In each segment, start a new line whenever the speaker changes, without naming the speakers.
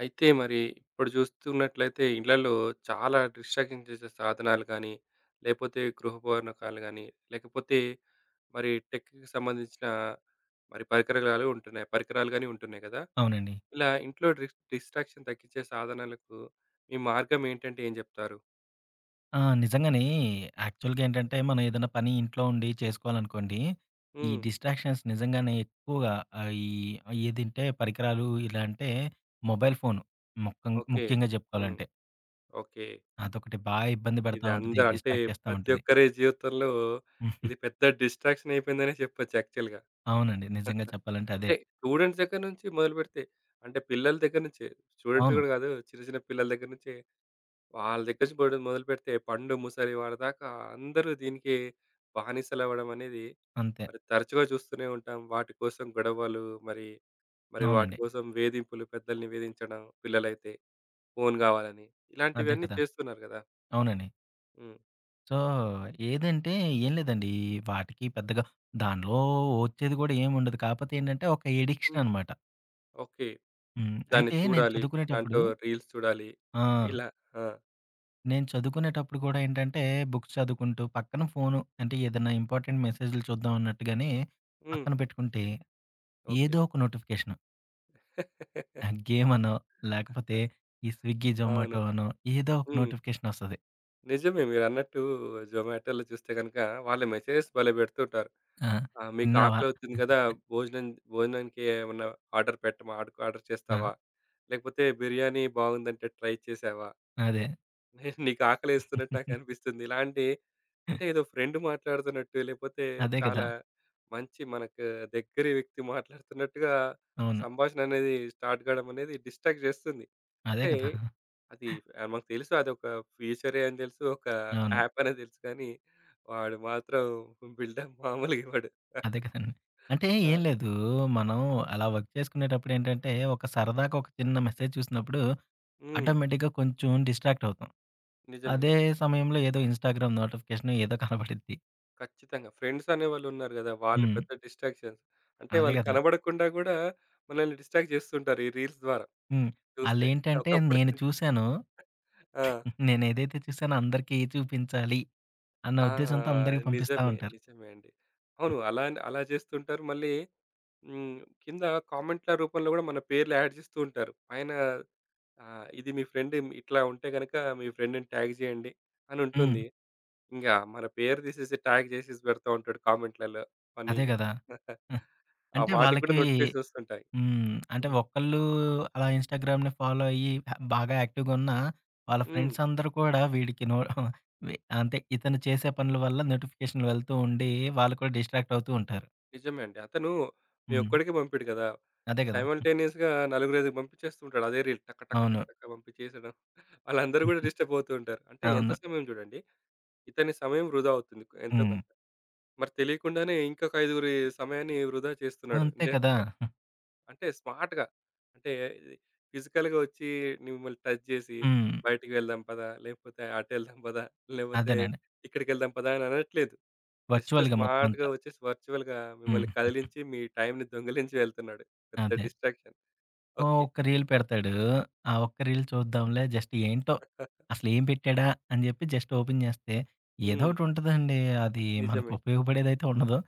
అయితే మరి ఇప్పుడు చూస్తున్నట్లయితే ఇళ్లలో చాలా డిస్ట్రాక్షన్ చేసే సాధనాలు కానీ, లేపోతే గృహోపకరణాలు కానీ, లేకపోతే మరి టెక్‌కి సంబంధించిన మరి పరికరాలు ఉంటున్నాయి. పరికరాలు గాని ఉంటున్నాయి కదా!
అవునండి.
ఇలా ఇంట్లో డిస్ట్రాక్షన్ తగ్గించే సాధనాలకు మీ మార్గం ఏంటంటే ఏం చెప్తారు?
నిజంగానే యాక్చువల్‌గా ఏంటంటే, మనం ఏదైనా పని ఇంట్లో ఉండి చేసుకోవాలనుకోండి, ఈ
హ్మ్.
డిస్ట్రాక్షన్స్ నిజంగానే ఎక్కువగా ఆహ్, ఈ ఏదంటే పరికరాలు ఇలా అంటే మొబైల్ ఫోను
ఓకే.
ముఖ్యంగా
హ్మ్.
చెప్పుకోవాలంటే.
ఓకే.
అదొకటి బాగా ఇబ్బంది
ఇది
పెడతా ఉంటది.
అందరూ అంటే
డిస్ట్రాక్ట్ చేస్తా
ప్రతి
ఉంటది.
ఒక్కరి జీవితంలో ఇది పెద్ద డిస్ట్రాక్షన్ అయిపోయిందనే చెప్పొచ్చు యాక్చువల్‌గా.
అవునండి. నిజంగా చెప్పాలంటే అదే.
అంటే స్టూడెంట్స్ దగ్గర నుంచి మొదలుపెడితే అంటే పిల్లల దగ్గర నుంచే స్టూడెంట్స్
అవును.
కూడా కాదు. చిన్న చిన్న పిల్లల దగ్గర నుంచే వాళ్ళ దగ్గర నుంచి మొదలుపెడితే పండు, ముసలి వాళ్ళ దాకా అందరూ దీనికి బానిసలవ్వడం అనేది
అంతే.
మరి తరచుగా చూస్తూనే ఉంటాం. వాటి కోసం గొడవలు, మరి, మరి వాటి
అవునండి.
కోసం వేధింపులు, పెద్దల్ని వేధించడం, పిల్లలైతే ఫోను కావాలని.
అదే
ఇలాంటివన్నీ
కదా!
చేస్తున్నారు కదా!
అవునండి.
హ్మ్.
సో, ఏదంటే ఏం లేదండి. వాటికి పెద్దగా దానిలో వచ్చేది కూడా ఏముండదు. కాకపోతే ఏంటంటే, ఒక ఎడిక్షన్
హ్మ్.
అనమాట.
ఓకే.
హ్మ్.
దాన్ని
అయితే నేను
చూడాలి.
చదువుకునేటప్పుడు
దాంట్లో రీల్స్ చూడాలి.
ఆ!
ఇలా. ఆ!
నేను చదువుకునేటప్పుడు కూడా ఏంటంటే, బుక్స్ చదువుకుంటూ పక్కన ఫోను అంటే ఏదన్నా ఇంపార్టెంట్ మెసేజ్‌లు చూద్దాం అన్నట్టుగానే
హ్మ్.
పక్కన పెట్టుకుంటే,
ఓకే.
ఏదో ఒక నోటిఫికేషను ఆ గేమ్ అనో,
ఆ!
లేకపోతే ఈ స్విగ్గీ,
అవును.
జొమాటో అనో ఏదో ఒక
హ్మ్.
నోటిఫికేషన్ ఒస్తది.
నిజమే మీరన్నట్టు జొమాటోలో చూస్తే గనుక వాళ్ళు మెసేజెస్ భలే పెడుతుంటారు.
ఆ!
ఆ! మీకు
తిన్నావా?
ఆకలవుతుంది గదా! భోజనం, భోజనానికి ఏమన్నా ఆర్డర్ పెట్టమ ఆర్డ్ ఆర్డర్
ఆ!
చేస్తావా? లేకపోతే బిర్యానీ బాగుందంటే ట్రై చేశావా?
అదే.
నీకు ఆకలేస్తున్నట్టు నాకనిపిస్తుంది. ఇలాంటి అంటే ఏదో ఫ్రెండ్ మాట్లాడుతున్నట్టు, లేకపోతే
అదే కదా!
చాలా మంచి మనకు దగ్గరి వ్యక్తి మాట్లాడుతున్నట్టుగా ఆ
అవును.
సంభాషణ అనేది స్టార్ట్ కావడం అనేది డిస్ట్రాక్ట్ చేస్తుంది.
అదే
అంటే
కదా!
అది మాకు తెలుసు అదొక ఫీచరే అని తెలుసు. ఒక
అవును.
యాప్ అనే తెలుసు కానీ, వాడు మాత్రం బిల్డప్ మామూలుగా ఇవ్వడు.
అదే కదండీ. అంటే
ఆ!
ఏం లేదు. మనం అలా వర్క్ చేసుకునేటప్పుడు ఏంటంటే, ఒక సరదాగా ఒక చిన్న మెసేజ్ చూసినప్పుడు
హ్మ్.
ఆటోమేటిక్‌గా కొంచెం డిస్ట్రాక్ట్ అవుతాం.
నిజమే.
అదే సమయంలో ఏదో ఇన్‌స్టాగ్రామ్ నోటిఫికేషన్ ఏదో కనపడిద్ది.
ఖచ్చితంగా. ఫ్రెండ్స్ అనేవాళ్ళున్నారు గదా! వాళ్ళు
హ్మ్.
పెద్ద డిస్ట్రాక్షన్స్. అంటే
అదే
వాళ్ళు
కదా!
కనబడకుండా గూడా మనల్ని డిస్ట్రాక్ట్ చేస్తుంటారు. ఈ రీల్స్ ద్వారా
హ్మ్.
చూస్తే.
ఆళ్ళేంటంటే
ఒకప్పుడు
నేను చూసాను.
ఆ!
నేనేదైతే చూసానో అందరికీ చూపించాలి అన్న
ఆ!
ఉద్దేశంతో అందరికి పంపిస్తా
నిజమే.
ఉంటారు.
నిజమే అండి. అవును. అలా అలా చేస్తుంటారు. మళ్ళీ హ్మ్. కింద కామెంట్‌ల రూపంలో గూడా మన పేర్లు యాడ్ చేస్తూ ఉంటారు. పైన ఆ! ఇది మీ ఫ్రెండ్ ఇట్లా ఉంటే గనక మీ ఫ్రెండ్‌ని ట్యాగ్ చేయండి అని
హ్మ్.
ఉంటుంది. ఇంగా మన పేరు తీసేసి ట్యాగ్ చేసేసి పెడతా ఉంటాడు కామెంట్‌లలో
అదే
ఫన్నీగా.
కదా!
ఆ!
అంటే
వాటికి కూడా
వాళ్ళకి
నోటిఫికేషన్స్ వస్తుంటాయి.
హ్మ్. అంటే
హ్మ్.
ఒక్కళ్ళు అలా ఇన్‌స్టాగ్రామ్‌ని ఫాలో అయ్యి బాగా యాక్టివ్‌గా ఉన్న వాళ్ళ
హ్మ్.
ఫ్రెండ్స్ అందరూ కూడా వీడికి నో వి అంటే ఇతను చేసే పనుల వల్ల నోటిఫికేషన్‌లు వెళ్తూ ఉండి వాళ్ళు కూడా డిస్ట్రాక్ట్ అవుతూ ఉంటారు.
నిజమే అండి. అతను మీ
హ్మ్.
ఒక్కడికే పంపిడు కదా!
అదే గదా!
సైమల్టేనియస్‌గా నలుగురైదుగురికి పంపించేస్తూ ఉంటాడు. అదే రీల్ టక టక టక
అవును.
టక పంపించేసేయడం. వాళ్ళందరూ కూడా డిస్టర్బ్ అవుతూ ఉంటారు. అంటే ఎంత
అవును.
సమయం చూడండి. ఇతని సమయం వృధా అవుతుంది ఎంతో
హ్మ్.
కొంత. మరి తెలియకుండానే ఇంకొక ఐదుగురి సమయాన్ని వృధా చేస్తున్నాడు
అంతే కదా!
ఇండైరెక్ట్‌గా. అంటే స్మార్ట్‌గా. అంటే ఇది ఫిజికల్‌గా వచ్చి మిమ్మల్ని టచ్ జేసి,
హ్మ్.
"బయటికి వెళ్దాం పదా" లేకపోతే "అటెళ్దాం పదా" లేకపోతే
అదేనండి.
"ఇక్కడికెళ్దాం పదా" అని అనట్లేదు. జస్ట్
వర్చువల్‌గా మొత్తం
స్మార్ట్‌గా
అంతా.
వచ్చేసి వర్చువల్‌గా మిమ్మల్ని
హ్మ్.
కదిలించి, మీ టైమ్‌ని దొంగిలించి వెళ్తున్నాడు. పెద్ద
అదే.
డిస్ట్రాక్షన్.
ఓహ్!
ఓకే.
ఒక్క రీల్ పెడతాడు. ఆ ఒక్క రీల్ చూద్దాంలే జస్ట్ ఏంటో అసలేం పెట్టాడా అని జెప్పి జస్ట్ ఓపెన్ జేస్తే ఏదో
హ్మ్.
ఒకటుంటదండి. అది మనకు
నిజమే.
ఉపయోగపడేదైతే ఉండదు.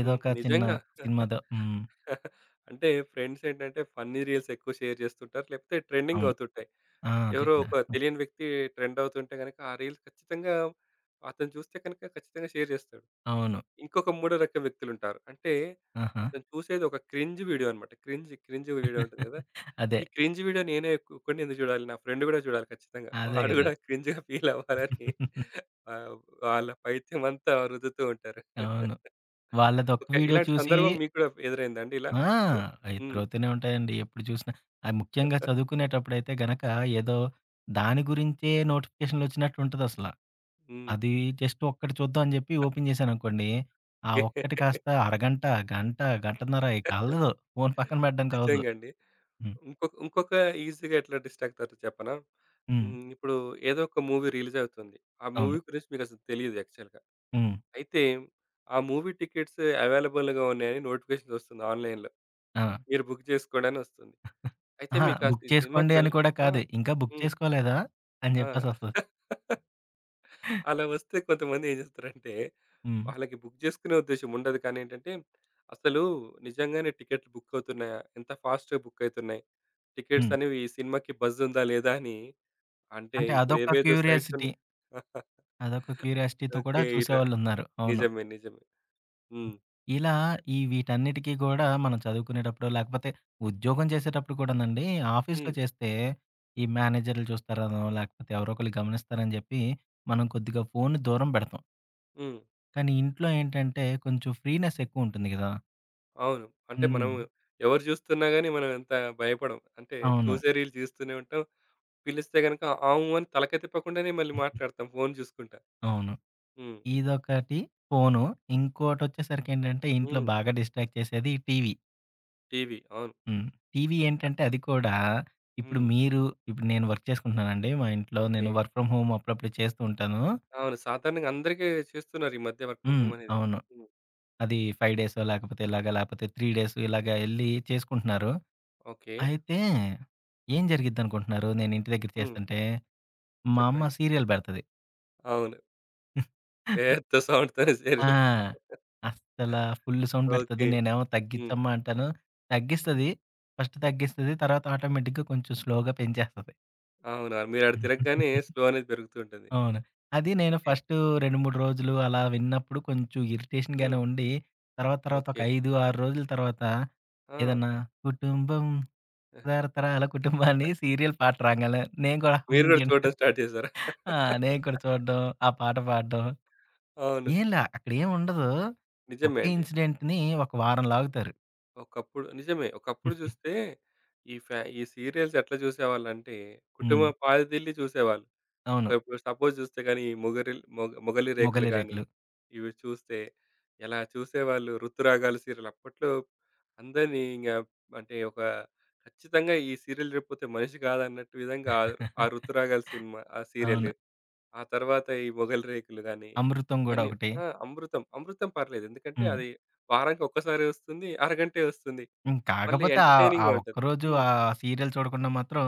ఏదో
హ్మ్.
ఒక చిన్న
నిజంగా.
సినిమాదో హ్మ్.
అంటే ఫ్రెండ్స్ ఏంటంటే ఫన్నీ రీల్స్ ఎక్కువ షేర్ చేస్తుంటారు. లేకపోతే ట్రెండింగ్
అవును.
అవుతుంటాయి.
ఆ! అదే
ఎవరో
కదా!
ఒక తెలియని వ్యక్తి ట్రెండ్ అవుతుంటే గనక, ఆ రీల్స్ ఖచ్చితంగా అతను చూస్తే కనుక ఖచ్చితంగా షేర్ చేస్తాడు.
అవును.
ఇంకొక మూడో రకం వ్యక్తులుంటారు. అంటే
ఆహా!
అతను చూసేది ఒక క్రింజ్ వీడియో అన్నమాట. క్రింజ్, క్రింజ్ వీడియో ఉంటుంది కదా!
అదే.
ఈ క్రింజ్ వీడియో నేనే ఒక్కడిని ఎందుకు చూడాలి? నా ఫ్రెండ్ కూడా చూడాలి ఖచ్చితంగా.
అదే
వాడు
గదా!
కూడా క్రింజ్‌గా ఫీల్ అవ్వాలని ఆహ్, వాళ్ళ పైత్యమంతా రుద్దుతూ ఉంటారు.
అవును. వాళ్ళదొక్క
ఓకే.
వీడియో
ఇలాంటి
చూసి
సందర్భం మీకు కూడా ఎదురైందా అండి ఇలా?
ఆ!
మీకు కూడా?
అయి
హ్మ్.
తిరుగుతూనే ఉంటాయండి. ఎప్పుడు చూసినా. అది ముఖ్యంగా చదువుకునేటప్పుడైతే గనక ఏదో దాని గురించే నోటిఫికేషన్‌లొచ్చినట్టు ఉంటదసల.
హ్మ్.
అది జస్ట్ ఒక్కటి చూద్దాం అని చెప్పి ఓపెన్ చేశాననుకోండి. ఆ
ఓకే.
ఒక్కటి కాస్త అరగంట, గంట, గంటన్నర ఇక అల్లదు. ఫోను పక్కన పెట్టడానికి అవ్వదు.
నిజంగా అండి.
హ్మ్.
ఇంకొక ఇంకొక ఈజీగా ఎట్లా డిస్ట్రాక్ట్ అవుతారో చెప్పనా?
హ్మ్.
హ్మ్. ఇప్పుడు ఏదో ఒక మూవీ రిలీజ్ అవుతుంది. ఆ
అవును.
మూవీ గురించి మీకసలు తెలీదు యాక్చువల్‌గా.
హ్మ్.
అయితే ఆ మూవీ టికెట్స్ అవైలబుల్‌గా ఉన్నాయని నోటిఫికేషన్ వస్తుంది ఆన్‌లైన్‌లో.
ఆ!
మీరు బుక్ చేసుకోండి అని వస్తుంది. అయితే
అహా!
మీకు
బుక్
అసలు ఈ సినిమాకి
చేసుకోండి అని
వెళ్
కూడా
ఆ!
కాదు. ఇంకా బుక్
హ్మ్.
చేసుకోలేదా? అని
ఆ!
చెప్పేసొస్తది.
అలా వస్తే కొంతమంది ఏం చేస్తారంటే,
హ్మ్.
వాళ్ళకి బుక్ చేసుకునే ఉద్దేశ్యం ఉండదు. కానీ ఏంటంటే, అసలు నిజంగానే టికెట్లు బుక్ అవుతున్నాయా? ఎంత ఫాస్ట్‌గా బుక్ అయితున్నాయి? టికెట్స్
హ్మ్.
అనేవి ఈ సినిమాకి బజ్ ఉందా? లేదా? అని అంటే
అంటే
ఇప్పుడు
అదొక
ఏవేదో సైట్స్
క్యూరియాసిటీ.
ఉన్నాయి.
అదొక క్యూరియాసిటీతో కూడా
ఓకే. ఇలా
చూసేవాళ్ళున్నారు. అవును.
నిజమే. నిజమే. హ్మ్.
ఇలా ఈ వీటన్నిటికి గూడా మనం చదువుకునేటప్పుడు, లేకపోతే ఉద్యోగం చేసేటప్పుడు కూడానండి,
హ్మ్.
ఆఫీస్‌లో చేస్తే ఈ మేనేజర్లు చూస్తారనో, లేకపోతే ఎవరో ఒకళ్ళు గమనిస్తారని జెప్పి, మనం కొద్దిగా ఫోన్‌ని దూరం పెడతాం.
హ్మ్.
కానీ ఇంట్లో ఏంటంటే, కొంచెం ఫ్రీనెస్ ఎక్కువుంటుంది గదా!
అవును. అంటే మనం
హ్మ్.
ఎవరు జూస్తున్నా గాని మనం అంత భయపడం. అంటే
అవును.
చూసే రీల్ చూస్తూనే ఉంటాం. పిలిస్తే గనుక ఆము అని తలకాయ తిప్పకుండానే మళ్ళీ మాట్లాడతాం ఫోను జూసుకుంటా.
అవును.
హ్మ్.
ఇదొకటి ఫోను. ఇంకోటొచ్చేసరికేంటంటే, ఇంట్లో
హ్మ్.
బాగా డిస్ట్రాక్ట్ చేసేది టీవీ.
టీవీ. అవును.
హ్మ్. టీవీ
అట్లా.
ఏంటంటే, అది కూడా ఇప్పుడు
హ్మ్.
మీరు ఇప్పుడు నేను వర్క్ చేసుకుంటున్నానండి. మా ఇంట్లో
ఓకే.
నేను వర్క్ ఫ్రమ్ హోమ్ అప్పుడప్పుడు చేస్తూ ఉంటాను.
అవును. సాధారణంగా అందరికీ చేస్తున్నారు ఈ మధ్య వర్క్ ఫ్రమ్
హ్మ్.
హోమ్ అనేది.
అవును.
హ్మ్.
అది 5 డేసో లేకపోతే ఇలాగ లేకపోతే 3 డేస్ ఇలాగ ఎళ్లి చేసుకుంటున్నారు.
ఓకే.
అయితే ఏం జరిగిద్దనుకుంటున్నారు నేను ఇంటి దగ్గర
హ్మ్.
చేస్తుంటే? మా అమ్మ
చెప్పండి.
సీరియల్ బెడతది.
అవును. పెద్ద సౌండ్‌తోనే సీరియల్.
ఆ! అస్సల ఫుల్ సౌండ్ బెడతది.
ఓకే.
నేనేమో
హ్మ్.
తగ్గిచ్చమ్మా అంటాను. తగ్గిస్తది. ఫస్ట్ తగ్గిస్తది. తర్వాత ఆటోమేటిక్‌గా కొంచెం స్లోగా పెంచేస్తది.
అవును. మీరటు తిరగగానే స్లో అనేది పెరుగుతూ ఉంటుంది.
అవును. అది నేను
ఓకే.
ఫస్టు 2, 3 రోజులు అలా విన్నప్పుడు కొంచెం
హ్మ్.
ఇరిటేషన్‌గానే ఉండి, తర్వాత తర్వాత ఒక
ఓకే.
5, 6 రోజుల తర్వాత
ఆ!
ఏదన్నా కుటుంబం తరతరాల కుటుంబాన్ని సీరియల్ పాట రాంగానే నేను కూడా
మీరు
హమ్మింగ్
గూడా
చేయడం.
చూడడం స్టార్ట్ చేశారా?
ఆ! నేను కూడా చూడడం, ఆ పాట పాడడం.
అవును.
ఏంలా అక్కడేం ఉండదు.
నిజమే
ఒకే
అండి.
ఇన్సిడెంట్‌ని ఒక వారం లాగుతారు.
ఒకప్పుడు నిజమే. ఒకప్పుడు చూస్తే ఈ ఫ్యా ఈ సీరియల్స్ ఎట్లా జూసేవాళ్ళంటే, కుటుంబ
హ్మ్.
పాదిళ్లు చూసేవాళ్ళు. ఒక
అవును.
ఇప్పుడు సపోజ్ చూస్తే గాని ఈ మొగరిల్ మొగ 'మొగలి రేకులు'
'మొగలి
గాని,
రేకులు.'
ఇవి చూస్తే ఎలా చూసేవాళ్ళు. 'ఋతురాగాలు' సీరియల్ అప్పట్లో అందరిని ఇంగ అంటే ఒక ఖచ్చితంగా ఈ సీరియల్ చూడకపోతే మనిషి కాదన్నట్టు విధంగా ఆ 'ఋతురాగాలు' సినిమా ఆ సీరియల్
అవును.
ఆ తర్వాత ఈ మొగలి రేకులు గాని,
'అమృతం' గూడా
ఇవన్నీ
ఒకటి.
ఆ! అమృతం. అమృతం పర్లేదు. ఎందుకంటే
హ్మ్.
అది వారానికి ఒక్కసారే వస్తుంది. అరగంటే వస్తుంది.
హ్మ్.
మళ్ళీ
కాకపోతే ఆ
ఎంటర్‌టైనింగ్‌గా ఉంటది.
ఒక్కరోజు
హ్మ్.
ఆ సీరియల్ చూడకుండా మాత్రం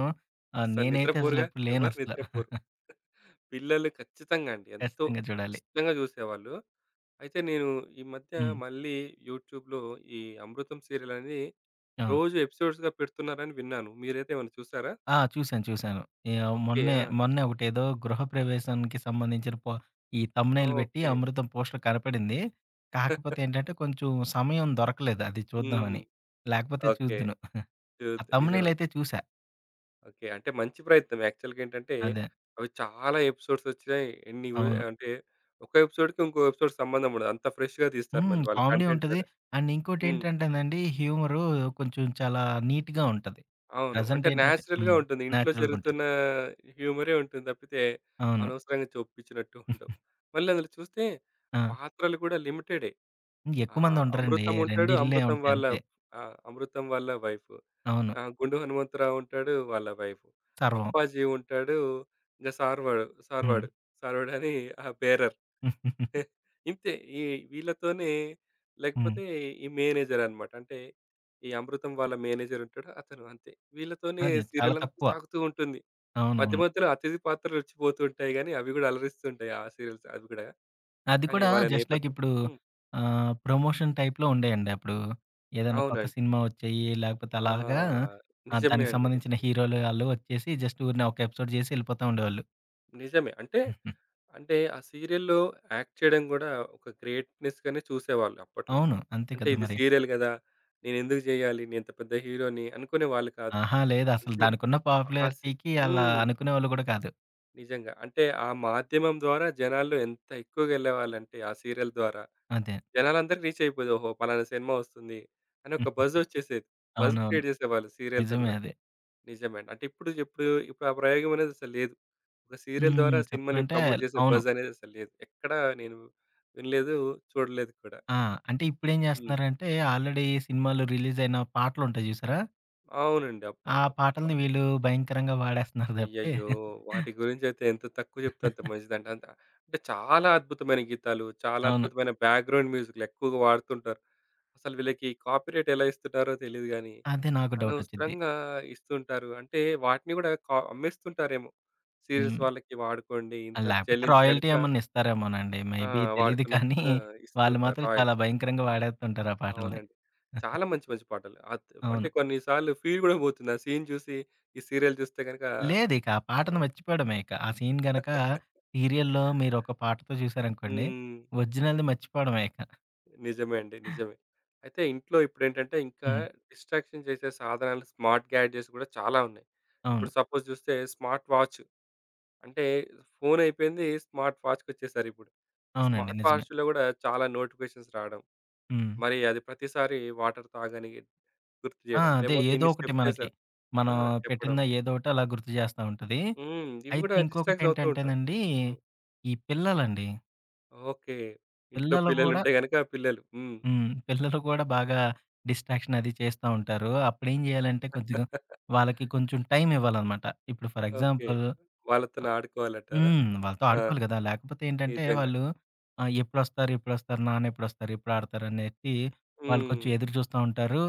అస్సలు
నేనైతే
నిద్రపోరుగా.
అసలెప్పుడు
ఎవరు
లేనసల.
నిద్రపోరు. పిల్లలు ఖచ్చితంగా అండి. ఎంతో
ఖచ్చితంగా చూడాలి.
ఇష్టంగా చూసేవాళ్ళు. అయితే నేను ఈ మధ్య
హ్మ్.
మళ్ళీ యూట్యూబ్‌లో ఈ అమృతం సీరియల్ అనేది
ఆ!
రోజు ఎపిసోడ్స్‌గా పెడుతున్నారని విన్నాను. మీరైతే ఏమైనా చూసారా?
ఆ! చూసాను. చూసాను. యాహ్!
ఓకే.
మొన్నే,
ఆ!
మొన్నే ఒకటేదో గృహప్రవేశానికి సంబంధించిన ఈ థంబ్‌నెయిల్ పెట్టి
ఓకే.
అమృతం పోస్టర్ కనపడింది. కాకపోతే ఏంటంటే కొంచెం సమయం దొరకలేదు అది
హ్మ్.
చూద్దామని. లేకపోతే
ఓకే.
చూద్దును. ఆ
చూద్
థంబ్‌నెయిల్
నిజమండి.
అయితే చూసా.
ఓకే. అంటే మంచి ప్రయత్నం. యాక్చువల్‌గా ఏంటంటే,
అదే.
అవి చాలా ఎపిసోడ్స్ వచ్చినాయి. ఎన్ని వ్
అవును.
అంటే ఒక ఎపిసోడ్‌కి ఇంకో ఎపిసోడ్ సంబంధం ఉండదు. అంత ఫ్రెష్‌గా తీస్తారు
హ్మ్.
మళ్ళీ వాళ్ళ
కామెడీ
కంటెంట్
ఉంటది.
కూడా.
అండ్
హ్మ్.
ఇంకోటేంటంటేనండి హ్యూమరు కొంచెం చాలా నీట్‌గా ఉంటది.
అవును. అంటే
ప్రెజెంట్ ఏంటంటే
నేచురల్‌గా
హ్మ్.
ఉంటుంది. ఇంట్లో
నేచురల్‌గుంటది.
జరుగుతున్న హ్యూమరే ఉంటుంది తప్పితే,
అవును.
అనవసరంగా చొప్పించినట్టు ఉండవు. మళ్ళీ అందులో చూస్తే
ఆ!
పాత్రలు కూడా లిమిటెడే. ఆ!
ఎక్కువ మందుండరండి.
'అమృతం'
2
ఉంటాడు.
ఇళ్ళే
'అమృతం'
ఉంటాయి
వాళ్ళ
అంతే.
ఆ! 'అమృతం' వాళ్ళ వైఫ్.
అవును.
ఆ! 'గుండు హనుమంతరావు' ఉంటాడు. వాళ్ళ వైఫ్.
సర్వం.
'అప్పాజీ' ఉంటాడు. ఇంక సార్వాడు
హ్మ్.
సార్వాడు. సార్వాడని ఆ బేరర్. ఇంతే ఈ వీళ్ళతోనే
హ్మ్.
లేకపోతే ఈ మేనేజర్ అన్నమాట. అంటే ఈ 'అమృతం' వాళ్ళ మేనేజర్ ఉంటాడు. అతను అంతే. వీళ్ళతోనే
అదే చాలా
సీరియల్ అంతా
తక్కువ.
సాగుతూ ఉంటుంది. మధ్య
అవునవును.
మధ్యలో అతిథి పాత్రలు వచ్చి పోతూ ఉంటాయి గానీ, అవి గూడా అలరిస్తూ ఉంటాయి. ఆ సీరియల్స్ అవి గూడా.
అది
కానీ
కూడా
వాళ్ళ
జస్ట్ లైక్
నేపథ్యం.
ఇప్పుడు
హ్మ్.
ప్రమోషన్ టైప్‌లో ఉండేయండి అప్పుడు. ఏదైనా కొత్త
అవునండి.
సినిమా వచ్చాయి లేకపోతే అలాగా
ఆ! నిజమే
దానికి
అండి.
సంబంధించిన
నిజమే.
హీరోలు ఆళ్ళు వచ్చేసి జస్ట్ ఊరినే ఒక ఎపిసోడ్ చేసి ఎళ్ళిపోతా ఉండేవాళ్ళు.
నిజమే. అంటే, అంటే ఆ సీరియల్‌లో యాక్ట్ చేయడం గూడా ఒక గ్రేట్‌నెస్‌గానే చూసేవాళ్ళు అప్పట్లో.
అవును. అంతే
అంటే
కదా
ఇది
మరి.
సీరియల్ గదా! నేనెందుకు జేయాలి? నేనింత పెద్ద హీరోని అనుకునేవాళ్ళు కాదు.
ఆహా! లేదసలు
అంటే
దానికున్న
ఆ సి
పాపులారిటీకి అలా
హ్మ్.
అనుకునేవాళ్ళు గూడా కాదు.
నిజంగా. అంటే ఆ మాధ్యమం ద్వారా జనాల్లో ఎంత ఎక్కువగా ఎళ్ళేవాళ్ళంటే ఆ సీరియల్ ద్వారా
అదే.
జనాలందరికి రీచ్ అయిపోయేది. ఓహో! పలానా సినిమా వస్తుంది అని ఒక
హుహు.
బజ్ ఒచ్చేసేది. బజ్
అవునవును.
క్రియేట్ జేసేవాళ్ళు సీరియల్‌తోని
నిజమే
గూడా.
అది.
నిజమే అండి. అంటే ఇప్పుడు ఇప్పుడు ఇప్పుడు ఆ ప్రయోగం అనేది అసలు లేదు. ఒక సీరియల్ ద్వారా
హ్మ్.
సినిమాని
చెప్పాలంటే
ప్రమోట్ చేసే
అవును.
బజ్ అనేది అసలు లేదు. ఎక్కడా నేను వినలేదు, చూడలేదు కూడా.
ఆ! అంటే ఇప్పుడేం
హ్మ్.
జేస్తున్నారంటే, ఆల్రెడీ సినిమాలు రిలీజయిన పాటలుంటాయి జూసారా?
అవునండి.
ఆ
అబ్బబ్బబ్బా!
పాటల్ని వీళ్ళు భయంకరంగా వాడేస్తున్నారు తప్పితే
అయ్యయ్యో! వాటి గురించయితే ఎంత తక్కువ చెప్తే అంత మంచిదండి. అంత అంటే చాలా అద్భుతమైన గీతాలు, చాలా
అవును.
అద్భుతమైన బ్యాక్‌గ్రౌండ్ మ్యూజిక్‌లు ఎక్కువగా వాడుతుంటారు. అసలు వీళ్ళకి కాపీరైట్ ఎలా ఇస్తున్నారో తెలీదు గానీ,
అదే నాకు డౌటొచ్చింది.
అనవసరంగా ఇస్తుంటారు. అంటే వాటిని గూడా కా అమ్మేస్తుంటారేమో! సీరియల్స్
హ్మ్.
వాళ్ళకి వాడుకోండి, ఇంతకు
లేకపోతే
చెల్లించి
రాయల్టీ
గనక
ఏమన్నా ఇస్తారేమోనండి.
ఆ!
మేబీ తెలీదు
వాడుకున్నందుకు
కానీ,
కూడా
వాళ్ళు
ఇస్తుంటారు
మాత్రం
రాయల్
చాలా భయంకరంగా వాడేస్తుంటారు ఆ పాటల్ని.
అవునండి. చాలా మంచి మంచి పాటలు. అత్ అంటే
అవును.
కొన్ని సార్లు ఫీల్ గూడా పోతుంది. ఆ సీన్ చూసి ఈ సీరియల్ చూస్తే గనక
లేదిక. ఆ పాటను
ఆహ్,
మర్చిపోవడమే ఇక. ఆ సీన్ గనక సీరియల్‌లో మీరొక పాటతో చూసారనుకోండి,
హ్మ్.
ఒరిజినల్‌ది మర్చిపోవడమే ఇక.
నిజమే అండి. నిజమే. అయితే ఇంట్లో ఇప్పుడేంటంటే ఇంకా
హ్మ్.
డిస్ట్రాక్షన్ చేసే సాధనాలు స్మార్ట్ గ్యాడ్జెట్స్ గూడా చాలా ఉన్నాయి. ఇప్పుడు
అవును.
సపోజ్ చూస్తే స్మార్ట్ వాచ్ అంటే ఫోన్ అయిపోయింది స్మార్ట్ వాచ్‌కొచ్చేసారిప్పుడు. ఆ
అవునండి.
స్మార్ట్
నిజమే.
వాచ్‌లో గూడా చాలా నోటిఫికేషన్స్ రావడం.
హ్మ్.
మరి అది ప్రతిసారి వాటర్ తాగని గుర్తు జేయడం.
అదే
లేకపోతే
ఏదో
ఇన్ని
ఒకటి
స్టెప్స్
మనకి.
చేసావు ఆ!
మనం
చెప్పడం.
పెట్టిన ఏదో ఒకటి అలా గుర్తు చేస్తా ఉంటది.
హ్మ్. ఇవి
అయితే
గూడా డిస్ట్రాక్ట్ అవుతూ ఉంటాం.
ఇంకొకటేంటంటేనండి,
హ్మ్.
ఈ పిల్లలండి.
ఓకే. ఇంట్లో
పిల్లలు కూడా
పిల్లలుంటే గనక పిల్లలు. హ్మ్.
హ్మ్. పిల్లలు కూడా బాగా డిస్ట్రాక్షన్ అది చేస్తా ఉంటారు. అప్పుడేం చేయాలంటే, కొద్దిగా వాళ్ళకి కొంచెం టైం ఇవ్వాలనమాట. ఇప్పుడు ఫర్
ఓకే.
ఎగ్జాంపుల్
వాళ్ళతోని ఆడుకోవాలంటారా?
హ్మ్. వాళ్ళతో
ఆ!
ఆడుకోవాలి గదా! లేకపోతే ఏంటంటే
నిజంగా.
వాళ్ళు ఎప్పుడొస్తారు? ఎప్పుడొస్తారు? నాన్న ఎప్పుడొస్తారు? ఎప్పుడు ఆడతారు? అనేసి వాళ్ళు
హ్మ్.
కొంచెం ఎదురు చూస్తా ఉంటారు.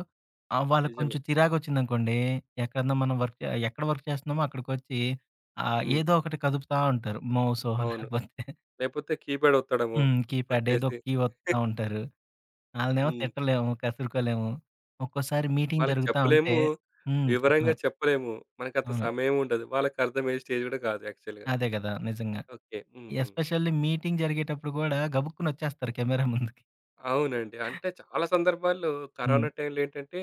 వాళ్ళకి
నిజమే.
కొంచెం చిరాకొచ్చిందనుకోండి, ఎక్కడన్నా మనం వర్క్ చే ఎక్కడ వర్క్ చేస్తున్నామో అక్కడికొచ్చి
హ్మ్.
ఏదో ఒకటి కదుపుతా ఉంటారు. మౌసో
అవును.
లేకపోతే
లేకపోతే కీప్యాడ్ ఒత్తడమో
హ్మ్. కీప్యాడ్ ఏదో
వచ్చేసి.
ఒక కీ ఒత్తుతా ఉంటారు. ఆళ్ళనేమో
హ్మ్.
తిట్టలేము, కసురుకోలేము. ఒక్కోసారి మీటింగ్
వాళ్ళకి
జరుగుతా ఉంటే
చెప్పలేము.
హ్మ్.
వివరంగా
చెప్పలేం.
చెప్పలేము. మనకంత
అవును.
సమయం ఉండదు. వాళ్ళకర్థమయ్యే స్టేజ్ గూడా కాదు యాక్చువల్‌గా.
అదే గదా! నిజంగా.
ఓకే. హ్మ్.
ఎస్పెషల్లీ మీటింగ్ జరిగేటప్పుడు గూడా గబుక్కునొచ్చేస్తారు కెమెరా ముందుకి.
అవునండి. అంటే చాలా సందర్భాల్లో
హ్మ్.
కరోనా టైంలో ఏంటంటే,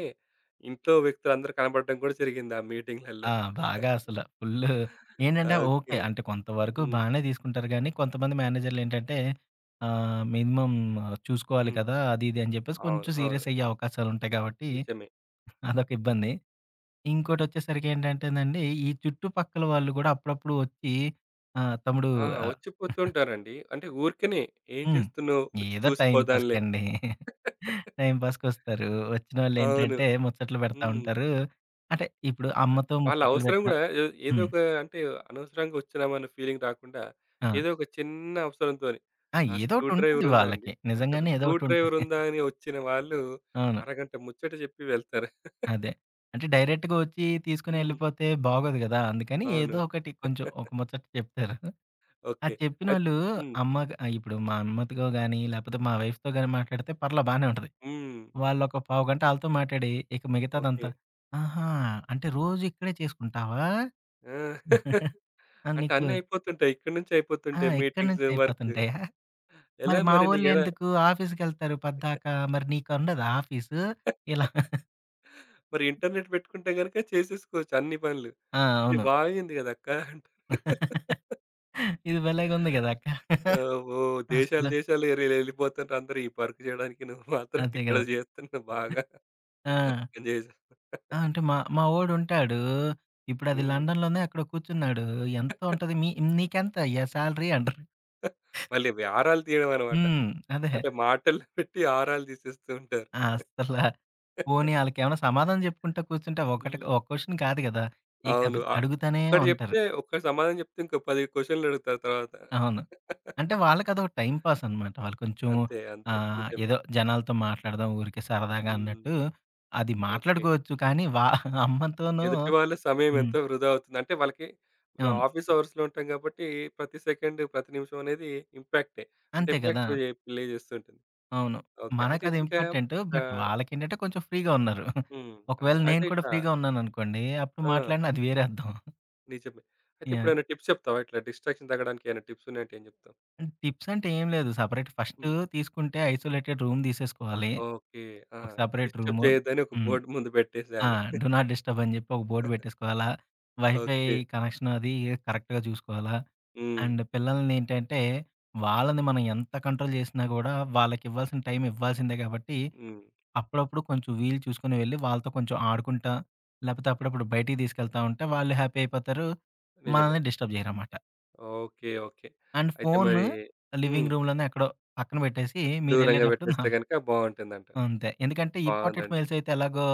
ఇంట్లో వ్యక్తులందరూ కనపడడం కూడా జరిగింది ఆ మీటింగ్‌లలో.
ఆ! బాగా అసల ఫుల్లు ఏంటంటే
ఓకే.
ఓకే. అంటే కొంతవరకు
హ్మ్.
బానే తీసుకుంటారు గానీ, కొంతమంది మేనేజర్‌లేంటంటే మినిమమ్ చూసుకోవాలి
హ్మ్.
కదా! అది ఇది అని చెప్పేసి
అవును.
కొంచెం
అవును.
సీరియస్ అయ్యే అవకాశాలుంటాయి కాబట్టి
నిజమే.
అదొక ఇబ్బంది. ఇంకోటొచ్చేసరికి ఏంటంటేనండి, ఈ చుట్టుపక్కల వాళ్ళు గూడా అప్పుడప్పుడు వచ్చి ఆహ్, తమ్ముడు
ఆ!
ఆహ్,
వచ్చిపోతుంటారండి. అంటే ఊరికనే ఏం
హ్మ్.
చేస్తున్నావు? వచ్చి
ఏదో టైమ్
చూసిపోదాంలే.
పాస్‌కండి. టైమ్ పాస్‌కొస్తారు.
అవును.
వచ్చినోళ్ళేంటంటే ముచ్చట్లు పెడతా
హ్మ్.
ఉంటారు. అంటే ఇప్పుడు
ఆ!
అమ్మతో
వాళ్ళ
ముచ్చట్లు
అవసరం
పెట్టినా
గూడా ఏ ఏదో
హ్మ్.
ఒక అంటే అనవసరంగా ఒచ్చినామన్న ఫీలింగ్ రాకుండా,
ఆ!
ఏదో ఒక చిన్న అవసరంతోని
ఆ!
"ఆ! స్క్రూ
ఏదోకటుంటది
డ్రైవర్ ఉందా అండి?"
వాళ్ళకి.
అంటారు.
నిజంగానే
స్క్రూ డ్రైవర్
ఏదోకటుంటది.
ఉందా అని ఒచ్చిన వాళ్ళు
అవును.
అరగంట ముచ్చట జెప్పి వెళ్తారు.
అదే. అంటే డైరెక్ట్‌గా వచ్చి తీసుకొని
హ్మ్.
ఎళ్ళిపోతే బాగోదు గదా! అందుకని
అవును.
ఏదో ఒకటి కొంచెం ఒక ముచ్చట చెప్తారు. ఆ
ఓకే. అయి
చెప్పినోళ్ళు
హ్మ్.
ఇప్పుడు మా అమ్మతో గాని, లేపోతే మా వైఫ్‌తో గాని మాట్లాడితే పర్లా బానే ఉంటది.
హ్మ్.
వాళ్ళొక పావుగంట ఆళ్ళతో మాట్లాడి, ఇక
ఓకే.
మిగతాదంతా ఆహా! అంటే రోజు ఇక్కడే చేసుకుంటావా?
ఆ!
ఆ!
అంటే
నీకు
అన్నీ అయిపోతుంటాయి. ఇక్కడి నుంచే
ఆ!
అయిపోతుంటాయి
ఇక్కడి
మీటింగ్స్,
నుంచే
వర్క్.
అయిపోతుంటాయా?
ఎలా
మరి మా
మరి నీకెలా?
వోళ్ళెందుకు ఆఫీస్‌కెళ్తారు పద్దాక, మరి నీకుండదా ఆఫీసు? ఇలా
మరి ఇంటర్నెట్ బెట్టుకుంటే గనక చేసేసుకోవచ్చు అన్ని పనులు.
ఆ!
ఇది
అవును.
బాగుంది గదక్కా అంటారు.
ఇది భలేగుంది గదా! అక్క.
ఓహో! దేశాలు
అసలు.
దేశాలు ఎరి ఎళ్ళిపోతుంటే అందరూ ఈ వర్క్ చేయడానికి నువ్వు మాత్రం
అంతే
ఇక్కడ
గదా!
చేస్తున్నావు బాగా
ఆ!
ఎంజాయ్ చే
ఆ! అంటే మా మా వోడుంటాడు. ఇప్పుడది
హ్మ్.
లండన్‌లోనే ఎక్కడో కూర్చున్నాడు. ఎంత ఉంటది మీ నీకెంతయ్యా సాలరీ అంటారు.
మళ్ళీ ఇవి ఆరాలు తీయడం అనమాట.
హ్మ్. అదే.
అంటే మాటల్లో పెట్టి ఆరాలు తీసేస్తూ ఉంటారు.
అస్సల పోనీ ఆళ్ళకేమైనా సమాధానం జెప్పుకుంటా కూర్చుంటే ఒకటి
హ్మ్.
ఒక క్వెషన్ కాదు గదా! ఇక
అవును.
అడుగుతానే
ఒక్కటి
ఉంటారు.
చెప్తే ఒక్క సమాధానం చెప్తే ఇంకో 10 క్వెషన్‌లు అడుగుతారు తర్వాత.
అవును. అంటే వాళ్ళకదొక టైమ్ పాస్ అనమాట. వాళ్ళు కొంచెం
అంతే. అంతే. నిజమే.
ఏదో జనాలతో మాట్లాడదాం ఊరికే సరదాగా
హ్మ్.
అన్నట్టు అది
ఓకే.
మాట్లాడుకోవచ్చు. కానీ వా అమ్మతోనూ
ఎదుటి వాళ్ళ సమయం
హ్మ్.
ఎంతో వృధా అవుతుంది. అంటే వాళ్ళకి మనం
అవును.
ఆఫీస్ అవర్స్‌లో ఉంటాం కాబట్టి ప్రతి సెకండ్, ప్రతి నిమిషం అనేది ఇంపాక్టే. అంటే
అంతే
ఇంపాక్ట్
కదా!
ప్లే ప్లే చేస్తుంటుంది.
అవును.
ఓకే. అయితే
మనకది
ఇంకా
ఇంపార్టెంట్.
ఇట్లా
బట్ వాళ్ళకేంటంటే కొంచెం ఫ్రీగా ఉన్నారు.
హ్మ్. అవును.
ఒకవేళ
అయితే
నేను కూడా
ఇట్లా
ఫ్రీగా ఉన్నాననుకోండి. అప్పుడు
ఆ!
మాట్లాడినా అది వేరే అర్థం.
నిజమే. అయితే
యాహ్!
ఇప్పుడేమైనా టిప్స్ చెప్తావా? ఇట్లా డిస్ట్రాక్షన్ తగ్గడానికి ఏమైనా టిప్స్ ఉన్నాయంటే ఏం చెప్తావు?
టిప్స్ అంటే ఏం లేదు. సెపరేట్ ఫస్ట్
హ్మ్.
తీసుకుంటే ఐసోలేటెడ్ రూమ్ తీసేసుకోవాలి.
ఓకే. ఆ!
ఒక సెపరేట్
డిస్టర్బ్
రూము.
చేయొద్దని ఒక
హ్మ్.
బోర్డ్ ముందు
ఆ!
పెట్టేసేయాలి.
డు నాట్ డిస్టర్బ్ అని చెప్పి ఒక బోర్డ్ పెట్టేసుకోవాలా. Wifi
okay.
కనెక్షన్ అది కరెక్ట్‌గా చూసుకోవాలా.
హ్మ్.
అండ్ పిల్లల్ని ఏంటంటే, వాళ్ళని మనం ఎంత కంట్రోల్ చేసినా కూడా వాళ్ళకి ఇవ్వాల్సిన టైం ఇవ్వాల్సిందే కాబట్టి,
హ్మ్.
అప్పుడప్పుడు కొంచెం వీలు చూసుకొని వెళ్ళి వాళ్ళతో కొంచెం ఆడుకుంటా, లేకపోతే అప్పుడప్పుడు బయటికి తీసుకెళ్తా ఉంటే వాళ్ళు హ్యాపీ అయిపోతారు.
నిజమే.
మనల్ని డిస్టర్బ్ చేయరనమాట.
ఓకే. ఓకే.
అండ్
అయితే
ఫోను
మరి హ్మ్.
లివింగ్ రూమ్‌లోనే ఎక్కడో పక్కన పెట్టేసి
దూరంగా
మీరెళ్ళేటప్పుడు నా
పెట్టేస్తే గనుక బావుంటుందంటావు.
అంతే. ఎందుకంటే ఇంపార్టెంట్
బాగుందండి.
మెయిల్స్ అయితే ఎలాగో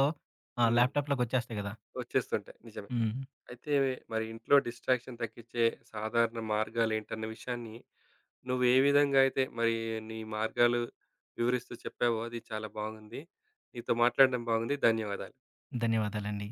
హ్మ్.
ల్యాప్‌టాప్‌లోకి వచ్చేస్తాయి కదా!
వచ్చేస్తుంటాయి. నిజమే.
హ్మ్.
అయితే మరి ఇంట్లో డిస్ట్రాక్షన్ తగ్గించే సాధారణ మార్గాలేంటన్న విషయాన్ని నువ్వు ఏ విధంగా అయితే మరి నీ మార్గాలు వివరిస్తూ చెప్పావో అది చాలా బాగుంది. నీతో మాట్లాడడం బాగుంది. ధన్యవాదాలు.
ధన్యవాదాలండి.